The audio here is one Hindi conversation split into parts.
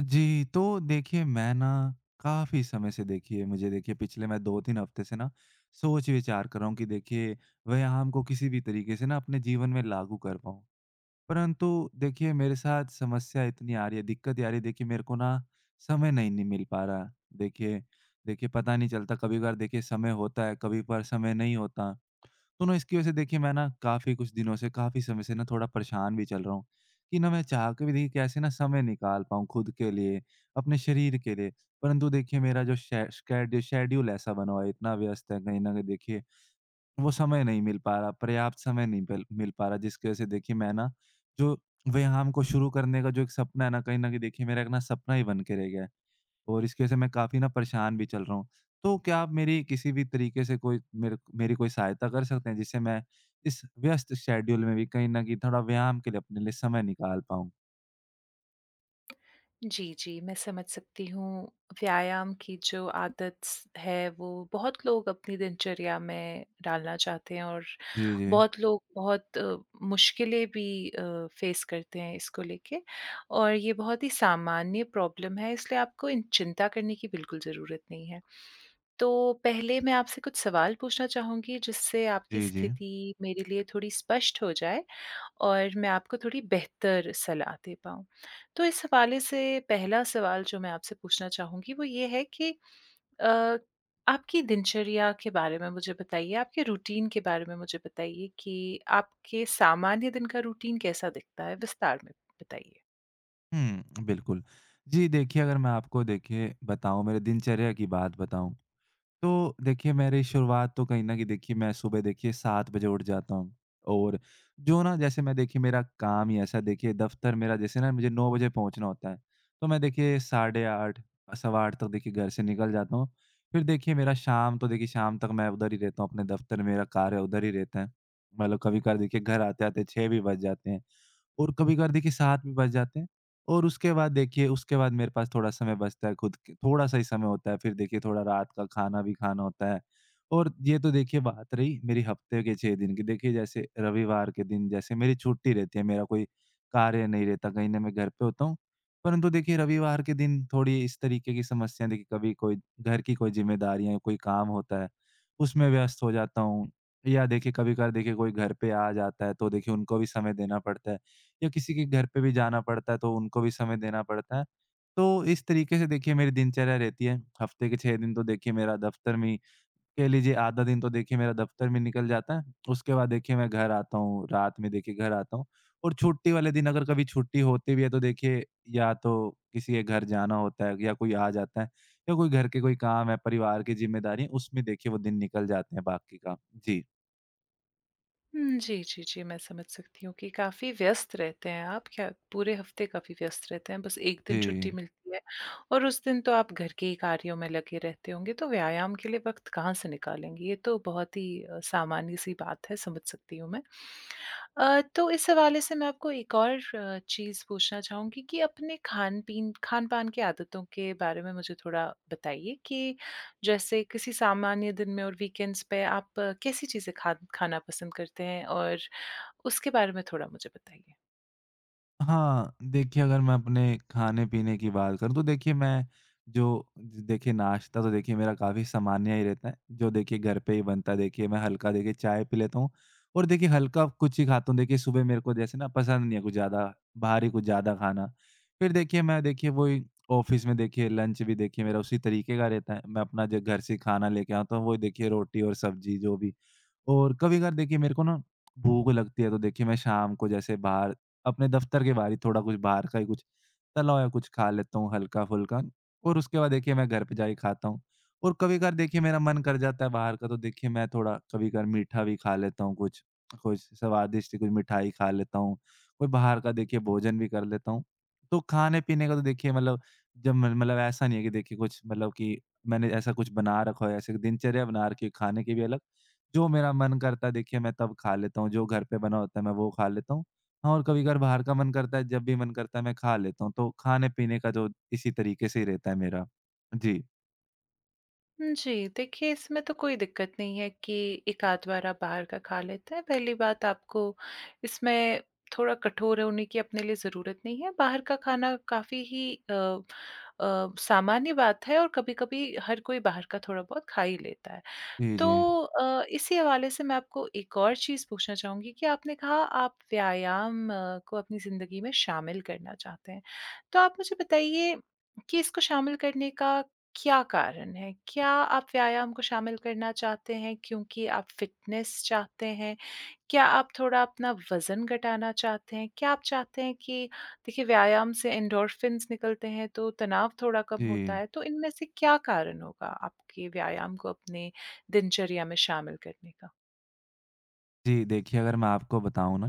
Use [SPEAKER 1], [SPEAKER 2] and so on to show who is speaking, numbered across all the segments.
[SPEAKER 1] जी, तो देखिए मैं ना काफ़ी समय से देखिए मुझे देखिए पिछले मैं 2-3 हफ्ते से ना सोच-विचार कर रहा हूँ कि देखिए व्यायाम को किसी भी तरीके से ना अपने जीवन में लागू कर पाऊँ। परंतु देखिए मेरे साथ समस्या इतनी आ रही है, दिक्कत ये आ रही है देखिए मेरे को ना समय नहीं नहीं मिल पा रहा। देखिए देखिए पता नहीं चलता, कभी-कभार देखिए समय होता है, कभी-कभार समय नहीं होता। तो ना इसकी वजह से देखिए मैं ना काफ़ी कुछ दिनों से काफ़ी समय से ना थोड़ा परेशान भी चल रहा हूँ कि ना मैं चाह के भी देखिए कैसे ना समय निकाल पाऊँ खुद के लिए, अपने शरीर के लिए। परंतु देखिए मेरा जो शे स्केड शेड्यूल ऐसा बना हुआ है, इतना व्यस्त है कहीं न कहीं देखिए वो समय नहीं मिल पा रहा, पर्याप्त समय नहीं पल मिल पा रहा, जिसकी वजह से देखिए मैं ना जो व्यायाम को शुरू करने का जो एक सपना है ना, कहीं न कहीं देखिए मेरा एक ना सपना ही बन के रह गया है। और इसकी वजह से मैं काफ़ी ना परेशान भी चल रहा हूँ। तो क्या आप मेरी किसी भी तरीके से कोई मेरे मेरी कोई सहायता कर सकते हैं, जिससे मैं इस व्यस्त शेड्यूल में भी कहीं न कहीं थोड़ा व्यायाम के लिए अपने लिए समय निकाल पाऊँ?
[SPEAKER 2] जी, जी, मैं समझ सकती हूँ। व्यायाम की जो आदत स है वो बहुत लोग अपनी दिनचर्या में डालना चाहते हैं और
[SPEAKER 1] जी, जी।
[SPEAKER 2] बहुत लोग मुश्किलें भी फ़ेस करते हैं इसको लेके और ये बहुत ही सामान्य प्रॉब्लम है इसलिए आपको इन चिंता करने की बिल्कुल ज़रूरत नहीं है। तो पहले मैं आपसे कुछ सवाल पूछना चाहूँगी जिससे आपकी
[SPEAKER 1] जी, जी।
[SPEAKER 2] स्थिति मेरे लिए थोड़ी स्पष्ट हो जाए और मैं आपको थोड़ी बेहतर सलाह दे पाऊँ। तो इस हवाले से पहला सवाल जो मैं आपसे पूछना चाहूँगी वो ये है कि अ, आपकी दिनचर्या के बारे में मुझे बताइए, आपके रूटीन के बारे में मुझे बताइए कि आपके सामान्य दिन का रूटीन कैसा दिखता है? विस्तार में बताइए।
[SPEAKER 1] हुँ, बिल्कुल। जी, देखिए अगर मैं आपको देखिए बताऊँ, मेरे दिनचर्या की बात बताऊँ, तो देखिए मेरी शुरुआत तो कहीं न कहीं देखिए मैं सुबह देखिए 7 बजे उठ जाता हूँ। और जो ना जैसे मैं देखिए, मेरा काम ही ऐसा है, देखिए दफ़्तर मेरा, जैसे ना मुझे 9 बजे पहुँचना होता है। तो मैं देखिए 8:30, सवा 8 तक देखिए घर से निकल जाता हूँ। फिर देखिए मेरा शाम तो, देखिए शाम तक मैं उधर ही रहता हूँ, अपने दफ़्तर, मेरा कार्य उधर ही रहता है। मतलब कभी-कभार देखिए घर आते-आते 6 भी बज जाते हैं। और कभी-कभार देखिए साथ भी बच जाते हैं। और उसके बाद मेरे पास थोड़ा समय बचता है, खुद के थोड़ा-सा ही समय होता है। फिर देखिए थोड़ा रात का खाना भी खाना होता है। और ये तो देखिए बात रही मेरी हफ्ते के 6 दिन की। देखिए जैसे रविवार के दिन, जैसे मेरी छुट्टी रहती है, मेरा कोई कार्य नहीं रहता, कहीं न मैं घर पे होता हूँ। परंतु देखिए रविवार के दिन थोड़ी इस तरीके की समस्याएँ, देखिए कभी कोई घर की कोई ज़िम्मेदारियाँ, कोई काम होता है, उसमें व्यस्त हो जाता हूँ। या देखिए कभी-कभार देखिए कोई घर पे आ जाता है, तो देखिए उनको भी समय देना पड़ता है। या किसी के घर पे भी जाना पड़ता है, तो उनको भी समय देना पड़ता है। तो इस तरीके से देखिए मेरी दिनचर्या रहती है। हफ्ते के 6 दिन तो देखिए मेरा दफ़्तर में ही, कह लीजिए आधा दिन तो देखिए मेरा दफ़्तर में निकल जाता है। उसके बाद देखिए मैं घर आता हूँ, रात में देखिए घर आता हूँ। और छुट्टी वाले दिन, अगर कभी छुट्टी होती भी है, तो देखिए या तो किसी के घर जाना होता है, या कोई आ जाता है, या कोई घर के कोई काम है, परिवार की ज़िम्मेदारी है, उसमें देखिए वो दिन निकल जाते हैं बाकी का। जी।
[SPEAKER 2] हुँ, जी, जी, जी, मैं समझ सकती हूँ कि काफ़ी व्यस्त रहते हैं आप, क्या पूरे हफ़्ते काफ़ी व्यस्त रहते हैं, बस 1
[SPEAKER 1] जी।
[SPEAKER 2] दिन छुट्टी मिलती है और उस दिन तो आप घर के ही कार्यों में लगे रहते होंगे, तो व्यायाम के लिए वक़्त कहाँ से निकालेंगी? ये तो बहुत ही सामान्य-सी बात है, समझ सकती हूँ मैं। तो इस हवाले से मैं आपको एक और चीज़ पूछना चाहूँगी कि अपने खान-पीन खान-पान की आदतों के बारे में मुझे थोड़ा बताइए कि जैसे किसी सामान्य दिन में और वीकेंड्स पे आप कैसी चीज़ें खा खाना पसंद करते हैं और उसके बारे में थोड़ा मुझे बताइए?
[SPEAKER 1] हाँ, देखिए अगर मैं अपने खाने-पीने की बात करूँ, तो देखिए मैं जो देखिए नाश्ता तो देखिए मेरा काफ़ी सामान्य ही रहता है, जो देखिए घर पे ही बनता है, देखिए मैं हल्का देखिए चाय पी लेता हूँ और देखिए हल्का कुछ ही खाता हूँ। देखिए सुबह मेरे को जैसे ना पसंद नहीं है कुछ ज़्यादा भारी, कुछ ज़्यादा खाना। फिर देखिए मैं देखिए वही ऑफ़िस में देखिए लंच भी देखिए मेरा उसी तरीके का रहता है। मैं अपना जो घर से खाना लेके आता हूँ, वही देखिए रोटी और सब्ज़ी, जो भी। और कभी-कभार देखिए मेरे को ना भूख लगती है, तो देखिए मैं शाम को जैसे बाहर, अपने दफ्तर के बाहर ही थोड़ा कुछ, बाहर का ही कुछ तला हुआ कुछ खा लेता हूँ, हल्का-फुल्का। और उसके बाद देखिए मैं घर पे जाके खाता हूँ। और कभी-कभार देखिए मेरा मन कर जाता है बाहर का, तो देखिए मैं थोड़ा कभी-कभार मीठा भी खा लेता हूँ कुछ, कुछ स्वादिष्ट कुछ मिठाई खा लेता हूँ, कोई बाहर का देखिए भोजन भी कर लेता हूँ। तो खाने-पीने का तो देखिए मतलब जब म मतलब ऐसा नहीं है कि देखिए कुछ, मतलब कि मैंने ऐसा कुछ बना रखा हो, ऐसे दिनचर्या बना रखी है खाने की भी अलग। जो मेरा मन करता है देखिए मैं तब खा लेता हूँ, जो घर पे बना होता है मैं वो खा लेता हूँ। हाँ, और कभी-कभार बाहर का मन करता है, जब भी मन करता है मैं खा लेता हूँ, तो खाने-पीने का जो इसी तरीके से ही रहता है मेरा। जी।
[SPEAKER 2] जी, देखिए इसमें तो कोई दिक्कत नहीं है कि एक आध बार आप बाहर का खा लेते हैं। पहली बात आपको इसमें थोड़ा कठोर होने की अपने लिए ज़रूरत नहीं है। बाहर का खाना काफ़ी ही सामान्य बात है और कभी-कभी हर कोई बाहर का थोड़ा बहुत खा ही लेता है।
[SPEAKER 1] जी,
[SPEAKER 2] तो
[SPEAKER 1] जी।
[SPEAKER 2] इसी हवाले से मैं आपको एक और चीज़ पूछना चाहूँगी कि आपने कहा आप व्यायाम को अपनी ज़िंदगी में शामिल करना चाहते हैं। तो आप मुझे बताइए कि इसको शामिल करने का क्या कारण है? क्या आप व्यायाम को शामिल करना चाहते हैं क्योंकि आप फ़िटनेस चाहते हैं? क्या आप थोड़ा अपना वज़न घटाना चाहते हैं? क्या आप चाहते हैं कि देखिए व्यायाम से एंडोर्फिन्स निकलते हैं तो तनाव थोड़ा कम होता
[SPEAKER 1] जी।
[SPEAKER 2] है, तो इनमें से क्या कारण होगा आपके व्यायाम को अपने दिनचर्या में शामिल करने का?
[SPEAKER 1] जी, देखिए अगर मैं आपको बताऊँ ना,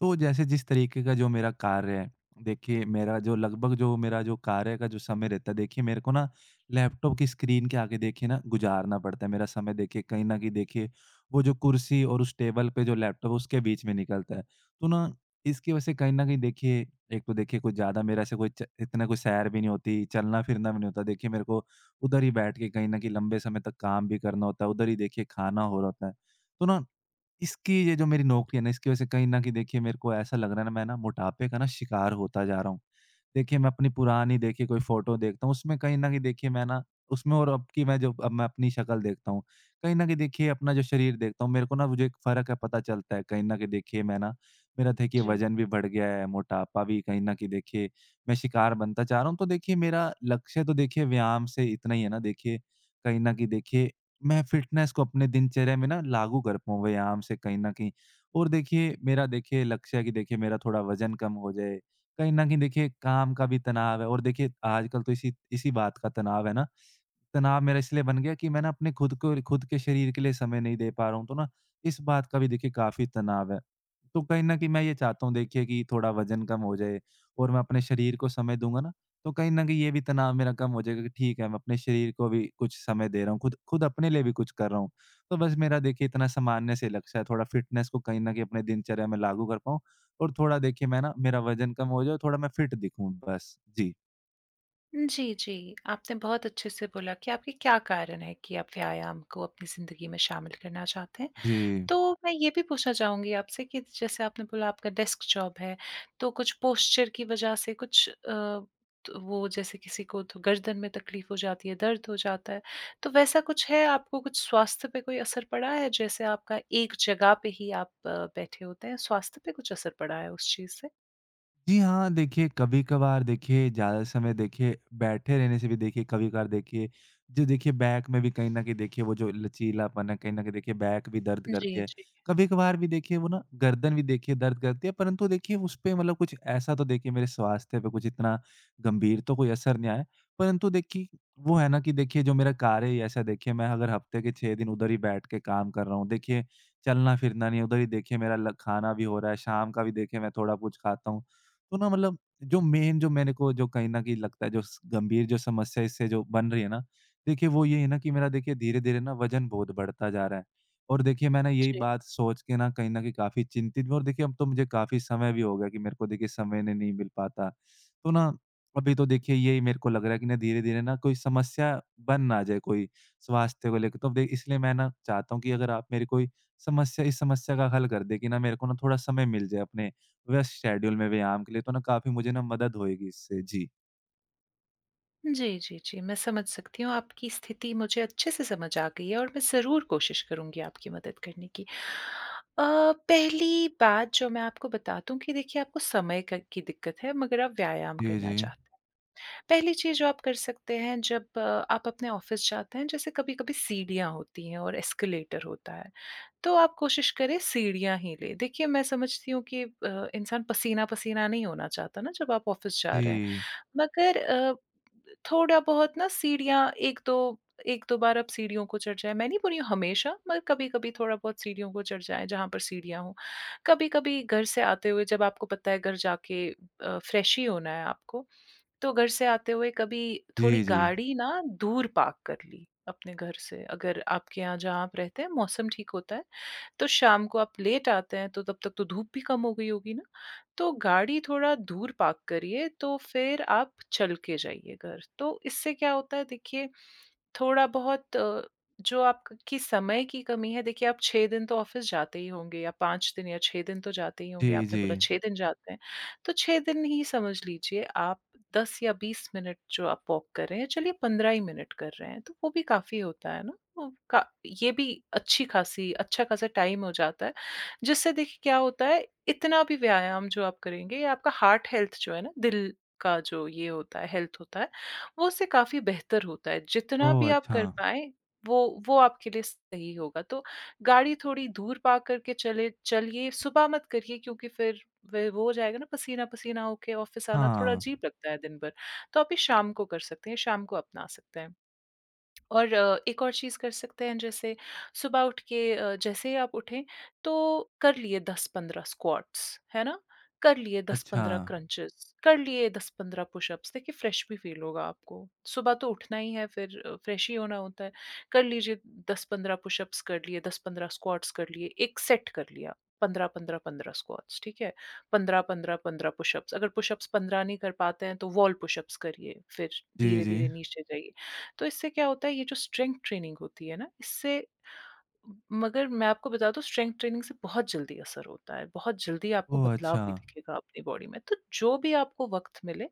[SPEAKER 1] तो जैसे जिस तरीके का जो मेरा कार्य है, देखिए मेरा जो कार्य का जो समय रहता है, देखिए मेरे को ना लैपटॉप की स्क्रीन के आगे देखिए ना गुज़ारना पड़ता है। मेरा समय देखिए कहीं न कहीं देखिए वो जो कुर्सी और उस टेबल पे जो लैपटॉप है, उसके बीच में निकलता है। तो ना इसकी वजह से कहीं न कहीं देखिए एक तो देखिए कुछ ज़्यादा, मेरा ऐसे कोई च इतना कोई सैर भी नहीं होती, चलना-फिरना भी नहीं होता। देखिए मेरे को उधर ही बैठ के कहीं न कहीं लंबे समय तक काम भी करना होता है, उधर ही देखिए खाना हो रहा होता है। तो ना इसकी ये जो मेरी नौकरी है ना, इसकी वजह से कहीं न कहीं देखिए मेरे को ऐसा लग रहा है ना, मैं ना मोटापे का ना शिकार होता जा रहा हूँ। देखिए, मैं अपनी पुरानी देखिए कोई फ़ोटो देखता हूँ, उसमें कहीं न कहीं देखिए मैं ना उसमें, और अब की मैं, जो अब मैं अपनी शक्ल देखता हूँ, कहीं न कहीं देखिए अपना जो शरीर देखता हूँ, मेरे को ना, मुझे एक फ़र्क है, पता चलता है। कहीं न कहीं देखिए मैं ना, मेरा देखिए
[SPEAKER 2] जी।
[SPEAKER 1] वज़न भी बढ़ गया है, मोटापा भी कहीं न कहीं देखिए मैं शिकार बनता जा रहा हूँ। तो देखिए मेरा लक्ष्य तो देखिए व्यायाम से इतना ही है ना देखिए, कहीं न कहीं देखिए मैं फ़िटनेस को अपने दिनचर्या में ना लागू कर पाऊँ, व्यायाम से कहीं न कहीं। और देखिए मेरा देखिए लक्ष्य है कि देखिए मेरा थोड़ा वज़न कम हो जाए। कहीं न कहीं देखिए काम का भी तनाव है, और देखिए आजकल तो इसी इसी बात का तनाव है ना, तनाव मेरा इसलिए बन गया कि मैं ना अपने खुद के शरीर के लिए समय नहीं दे पा रहा हूँ, तो ना इस बात का भी देखिए काफ़ी तनाव है। तो कहीं न कहीं मैं ये चाहता हूँ देखिए कि थोड़ा वज़न कम हो जाए, और मैं अपने शरीर को समय दूँगा ना, तो कहीं न कहीं ये भी तनाव मेरा कम हो जाएगा कि ठीक है, मैं अपने शरीर को भी कुछ समय दे रहा हूँ, खुद खुद अपने लिए भी कुछ कर रहा हूँ। तो बस मेरा देखिए इतना सामान्य से लक्ष्य है, थोड़ा फ़िटनेस को कहीं न कहीं अपने दिनचर्या में लागू कर पाऊँ और थोड़ा देखिए मैं ना, मेरा वज़न कम हो जाए और थोड़ा मैं फ़िट दिखूँ बस। जी।
[SPEAKER 2] जी, जी। आपने बहुत अच्छे से बोला कि आपके क्या कारण है कि आप व्यायाम को अपनी ज़िंदगी में शामिल करना चाहते हैं?
[SPEAKER 1] जी।
[SPEAKER 2] तो मैं ये भी पूछना चाहूँगी आपसे कि जैसे आपने बोला आपका डेस्क जॉब है, तो कुछ पोस्चर की वजह से कुछ तो वो जैसे किसी को तो गर्दन में तकलीफ हो जाती है, दर्द हो जाता है, तो वैसा कुछ है? आपको कुछ स्वास्थ्य पे कोई असर पड़ा है? जैसे आपका एक जगह पे ही आप बैठे होते हैं, स्वास्थ्य पे कुछ असर पड़ा है उस चीज़ से?
[SPEAKER 1] जी हाँ, देखिए कभी-कभार देखिए ज़्यादा समय देखिए बैठे रहने से भी देखिए कभी-कभार देखिए जो देखिए बैक में भी कहीं न कहीं देखिए वो जो लचीलापन है, कहीं न कहीं देखिए बैक भी दर्द करती
[SPEAKER 2] जी,
[SPEAKER 1] है।
[SPEAKER 2] जी,
[SPEAKER 1] कभी-कभार भी देखिए वो ना गर्दन भी देखिए दर्द करती है, परंतु देखिए उसपे मतलब कुछ ऐसा तो देखिए मेरे स्वास्थ्य पे कुछ इतना गंभीर तो कोई असर नहीं आया। परंतु देखिए वो है ना कि देखिए जो मेरा कार्य ही ऐसा है, देखिए मैं अगर हफ्ते के 6 दिन उधर ही बैठ के काम कर रहा हूँ, देखिए चलना-फिरना नहीं है, उधर ही देखिए मेरा ल खाना भी हो रहा है, शाम का भी देखिए मैं थोड़ा कुछ खाता हूँ। तो ना मतलब जो मेन जो मेरे को जो कहीं न कहीं लगता है, जो स गंभीर जो समस्या इससे जो बन रही है ना, देखिए वो ये है ना कि मेरा देखिए धीरे-धीरे ना वज़न बहुत बढ़ता जा रहा है। और देखिए मैं ना यही
[SPEAKER 2] जी।
[SPEAKER 1] बात सोच के ना कहीं न कहीं काफ़ी चिंतित भी हूँ, और देखिए अब तो मुझे काफ़ी समय भी हो गया कि मेरे को देखिए समय नहीं नहीं मिल पाता। तो ना अभी तो देखिए यही मेरे को लग रहा है कि ना धीरे-धीरे ना कोई समस्या बन ना जाए कोई स्वास्थ्य को लेके। तो दे इसलिए मैं ना चाहता हूँ कि अगर आप मेरी कोई समस्या इस समस्या का हल कर दें कि ना मेरे को ना थोड़ा समय मिल जाए अपने व्यस्त शेड्यूल में व्यायाम के लिए, तो ना काफ़ी मुझे ना मदद होएगी इससे। जी।
[SPEAKER 2] जी, जी, जी। मैं समझ सकती हूँ, आपकी स्थिति मुझे अच्छे से समझ आ गई है और मैं ज़रूर कोशिश करूँगी आपकी मदद करने की। पहली बात जो मैं आपको बता दूँ कि देखिए आपको समय क की दिक्कत है मगर आप व्यायाम
[SPEAKER 1] जी,
[SPEAKER 2] करना
[SPEAKER 1] जी।
[SPEAKER 2] चाहते हैं। पहली चीज़ जो आप कर सकते हैं जब आप अपने ऑफ़िस जाते हैं, जैसे कभी-कभी सीढ़ियाँ होती हैं और एस्केलेटर होता है, तो आप कोशिश करें सीढ़ियाँ ही लें। देखिए मैं समझती हूँ कि इंसान पसीना-पसीना नहीं होना चाहता ना जब आप ऑफ़िस जा रहे हैं,
[SPEAKER 1] जी।
[SPEAKER 2] मगर अ, थोड़ा बहुत ना सीढ़ियाँ 1-2 बार आप सीढ़ियों को चढ़ जाएँ। मैं नहीं बोल रही हूँ हमेशा मगर कभी-कभी थोड़ा बहुत सीढ़ियों को चढ़ जाएँ जहाँ पर सीढ़ियाँ हों। कभी-कभी घर से आते हुए जब आपको पता है घर जाके फ्रेश ही होना है आपको, तो घर से आते हुए कभी
[SPEAKER 1] जी,
[SPEAKER 2] थोड़ी
[SPEAKER 1] जी।
[SPEAKER 2] गाड़ी ना दूर पार्क कर ली अपने घर से। अगर आपके यहाँ जहाँ आप रहते हैं मौसम ठीक होता है तो शाम को आप लेट आते हैं तो तब तक तो धूप भी कम हो गई होगी ना? तो गाड़ी थोड़ा दूर पार्क करिए तो फिर आप चल के जाइए घर। तो इससे क्या होता है देखिए थोड़ा बहुत जो आपकी समय की कमी है देखिए आप 6 दिन तो ऑफ़िस जाते ही होंगे या 5 दिन या 6 दिन तो जाते ही
[SPEAKER 1] जी,
[SPEAKER 2] होंगे। आपने
[SPEAKER 1] जी।
[SPEAKER 2] बोला 6 दिन जाते हैं, तो 6 दिन ही समझ लीजिए आप 10 या 20 मिनट जो आप वॉक कर रहे हैं, चलिए 15 ही मिनट कर रहे हैं, तो वो भी काफ़ी होता है ना? वो का ये भी अच्छी खासी अच्छा खासा टाइम हो जाता है, जिससे देखिए क्या होता है इतना भी व्यायाम जो आप करेंगे ये आपका हार्ट हेल्थ जो है ना, दिल का जो ये होता है, हेल्थ होता है, वो उससे काफ़ी बेहतर होता है, जितना
[SPEAKER 1] ओह!
[SPEAKER 2] भी आप
[SPEAKER 1] अच्छा।
[SPEAKER 2] कर पाएँ, वो आपके लिए सही होगा। तो गाड़ी थोड़ी दूर पार्क करके चले चलिए, सुबह मत करिए क्योंकि फिर वे वो हो जाएगा ना पसीना-पसीना होके ऑफ़िस आना, थोड़ा
[SPEAKER 1] हाँ।
[SPEAKER 2] अजीब लगता है दिन भर। तो आप ये शाम को कर सकते हैं, शाम को अपना सकते हैं। और एक और चीज़ कर सकते हैं जैसे सुबह उठ के जैसे ही आप उठें तो कर लिए 10-15 स्क्वाट्स, है ना? कर लिए
[SPEAKER 1] अच्छा।
[SPEAKER 2] 10-15 क्रंचेस, कर लिए 10-15 पुशअप्स, देखिए फ्रेश भी फ़ील होगा आपको। सुबह तो उठना ही है फिर फ्रेश ही होना होता है। कर लीजिए 10-15 पुशअप्स कर लिए, 10-15 स्क्वाट्स कर लिए, एक सेट कर लिया 15-15-15 स्क्वाट्स, ठीक है? 15-15-15 पुशअप्स, अगर पुशअप्स 15 नहीं कर पाते हैं तो वॉल पुशअप्स करिए, फिर
[SPEAKER 1] जी, जी।
[SPEAKER 2] धीरे-धीरे नीचे जाइए। तो इससे क्या होता है ये जो स्ट्रेंथ ट्रेनिंग होती है ना इससे मगर मैं आपको बता दूँ स्ट्रेंथ ट्रेनिंग से बहुत जल्दी असर होता है, बहुत जल्दी आपको
[SPEAKER 1] ओह!
[SPEAKER 2] बदलाव
[SPEAKER 1] अच्छा।
[SPEAKER 2] भी दिखेगा अपनी बॉडी में। तो जो भी आपको वक़्त मिले,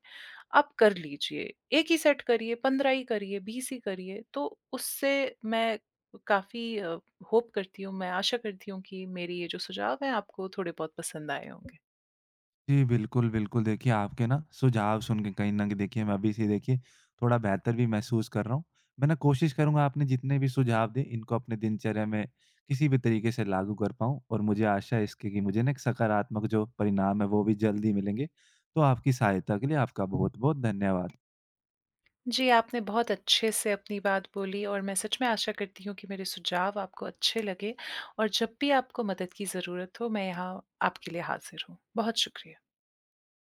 [SPEAKER 2] आप कर लीजिए। 1 ही सेट करिए, 15 ही करिए, 20 ही करिए। तो उससे मैं काफ़ी होप करती हूँ, मैं आशा करती हूँ कि मेरे ये जो सुझाव हैं आपको थोड़े बहुत पसंद आए होंगे।
[SPEAKER 1] जी, बिल्कुल, बिल्कुल। देखिए, आपके ना सुझाव सुन के कहीं न कहीं देखिए मैं अभी से देखिए थोड़ा बेहतर भी महसूस कर रहा हूँ। मैं ना कोशिश करूँगा आपने जितने भी सुझाव दिए, इनको अपने दिनचर्या में किसी भी तरीके से लागू कर पाऊँ, और मुझे आशा है इसकी कि मुझे ना एक सकारात्मक जो परिणाम है वो भी जल्द ही मिलेंगे। तो आपकी सहायता के लिए आपका बहुत-बहुत धन्यवाद।
[SPEAKER 2] जी, आपने बहुत अच्छे से अपनी बात बोली और मैं सच में आशा करती हूँ कि मेरे सुझाव आपको अच्छे लगे और जब भी आपको मदद की ज़रूरत हो, मैं यहाँ आपके लिए हाज़िर हूँ। बहुत शुक्रिया।